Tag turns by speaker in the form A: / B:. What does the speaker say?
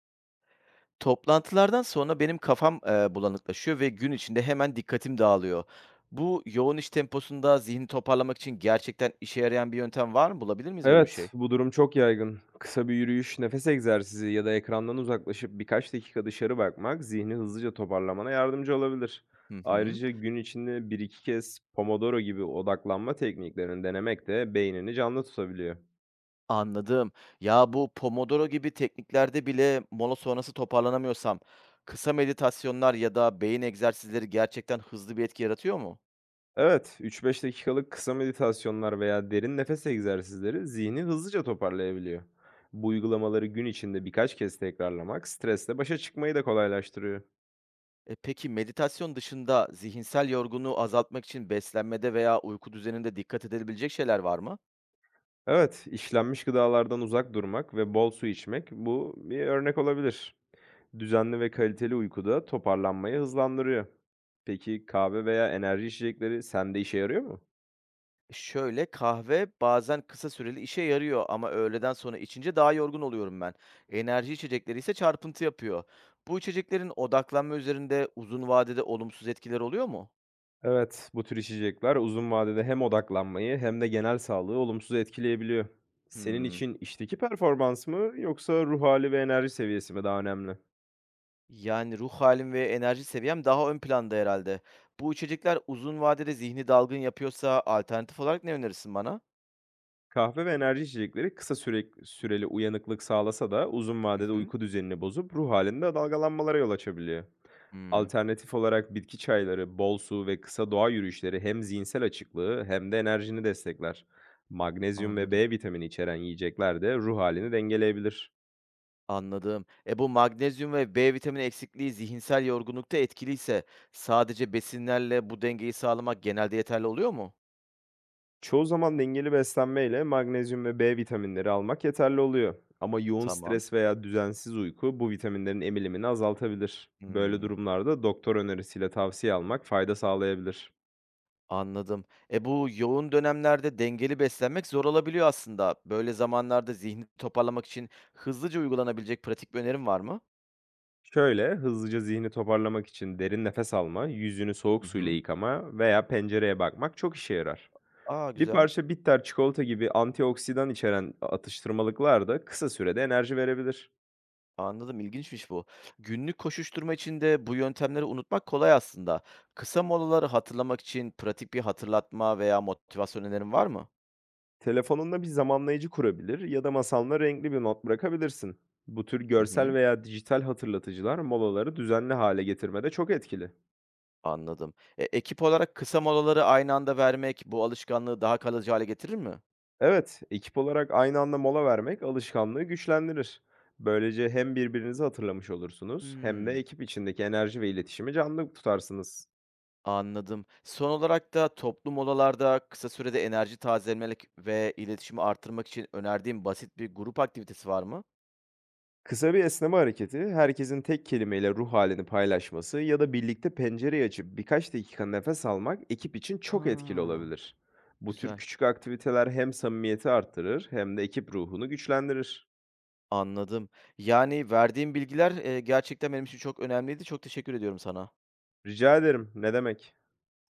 A: Toplantılardan sonra benim kafam, bulanıklaşıyor ve gün içinde hemen dikkatim dağılıyor. Bu yoğun iş temposunda zihni toparlamak için gerçekten işe yarayan bir yöntem var mı? Bulabilir miyiz böyle bir
B: Evet,
A: şey?
B: bu durum çok yaygın. Kısa bir yürüyüş, nefes egzersizi ya da ekrandan uzaklaşıp birkaç dakika dışarı bakmak zihni hızlıca toparlamana yardımcı olabilir.
A: Hı hı.
B: Ayrıca gün içinde bir iki kez Pomodoro gibi odaklanma tekniklerini denemek de beynini canlı tutabiliyor.
A: Anladım. Ya, bu Pomodoro gibi tekniklerde bile mola sonrası toparlanamıyorsam kısa meditasyonlar ya da beyin egzersizleri gerçekten hızlı bir etki yaratıyor mu?
B: Evet, üç-beş dakikalık kısa meditasyonlar veya derin nefes egzersizleri zihni hızlıca toparlayabiliyor. Bu uygulamaları gün içinde birkaç kez tekrarlamak stresle başa çıkmayı da kolaylaştırıyor.
A: E, peki meditasyon dışında zihinsel yorgunluğu azaltmak için beslenmede veya uyku düzeninde dikkat edilebilecek şeyler var mı?
B: Evet, işlenmiş gıdalardan uzak durmak ve bol su içmek bu bir örnek olabilir. Düzenli ve kaliteli uyku da toparlanmayı hızlandırıyor. Peki kahve veya enerji içecekleri sende işe yarıyor mu?
A: Şöyle, kahve bazen kısa süreli işe yarıyor ama öğleden sonra içince daha yorgun oluyorum ben. Enerji içecekleri ise çarpıntı yapıyor. Bu içeceklerin odaklanma üzerinde uzun vadede olumsuz etkiler oluyor mu?
B: Evet, bu tür içecekler uzun vadede hem odaklanmayı hem de genel sağlığı olumsuz etkileyebiliyor. Senin
A: Hmm.
B: için işteki performans mı yoksa ruh hali ve enerji seviyesi mi daha önemli?
A: Yani ruh halim ve enerji seviyem daha ön planda herhalde. Bu içecekler uzun vadede zihni dalgın yapıyorsa alternatif olarak ne önerirsin bana?
B: Kahve ve enerji içecekleri kısa süreli uyanıklık sağlasa da uzun
A: Hı
B: vadede
A: hı.
B: uyku düzenini bozup ruh halinde dalgalanmalara yol açabiliyor.
A: Hmm,
B: Alternatif olarak bitki çayları, bol su ve kısa doğa yürüyüşleri hem zihinsel açıklığı hem de enerjini destekler. Magnezyum ve
A: anladım.
B: B vitamini içeren yiyecekler de ruh halini dengeleyebilir.
A: Anladım. E, bu magnezyum ve B vitamini eksikliği zihinsel yorgunlukta etkiliyse sadece besinlerle bu dengeyi sağlamak genelde yeterli oluyor mu?
B: Çoğu zaman dengeli beslenmeyle magnezyum ve B vitaminleri almak yeterli oluyor. Ama yoğun
A: Tamam.
B: stres veya düzensiz uyku bu vitaminlerin emilimini azaltabilir. Böyle
A: Hmm,
B: durumlarda doktor önerisiyle tavsiye almak fayda sağlayabilir.
A: anladım. E, bu yoğun dönemlerde dengeli beslenmek zor olabiliyor aslında. Böyle zamanlarda zihni toparlamak için hızlıca uygulanabilecek pratik bir önerim var mı?
B: Şöyle hızlıca zihni toparlamak için derin nefes alma, yüzünü soğuk
A: Hı
B: suyla
A: hı.
B: yıkama veya pencereye bakmak çok işe yarar.
A: Aa,
B: Bir
A: güzel.
B: parça bitter çikolata gibi antioksidan içeren atıştırmalıklar da kısa sürede enerji verebilir.
A: Anladım. İlginçmiş bu. Günlük koşuşturma içinde bu yöntemleri unutmak kolay aslında. Kısa molaları hatırlamak için pratik bir hatırlatma veya motivasyon önerin var mı?
B: Telefonunda bir zamanlayıcı kurabilir ya da masanla renkli bir not bırakabilirsin. Bu tür
A: Hı
B: görsel
A: hı,
B: veya dijital hatırlatıcılar molaları düzenli hale getirmede çok etkili.
A: anladım. E, ekip olarak kısa molaları aynı anda vermek bu alışkanlığı daha kalıcı hale getirir mi?
B: Evet, ekip olarak aynı anda mola vermek alışkanlığı güçlendirir. Böylece hem birbirinizi hatırlamış olursunuz hem de
A: Hmm.
B: ekip içindeki enerji ve iletişimi canlı tutarsınız.
A: Anladım. Son olarak da toplu molalarda kısa sürede enerji tazelemek ve iletişimi artırmak için önerdiğim basit bir grup aktivitesi var mı?
B: Kısa bir esneme hareketi, herkesin tek kelimeyle ruh halini paylaşması ya da birlikte pencereyi açıp birkaç dakika nefes almak ekip için çok etkili
A: Aa,
B: olabilir. Bu tür
A: güzel.
B: küçük aktiviteler hem samimiyeti arttırır hem de ekip ruhunu güçlendirir.
A: Anladım. Yani verdiğim bilgiler gerçekten benim için çok önemliydi. Çok teşekkür ediyorum sana.
B: Rica ederim, ne demek?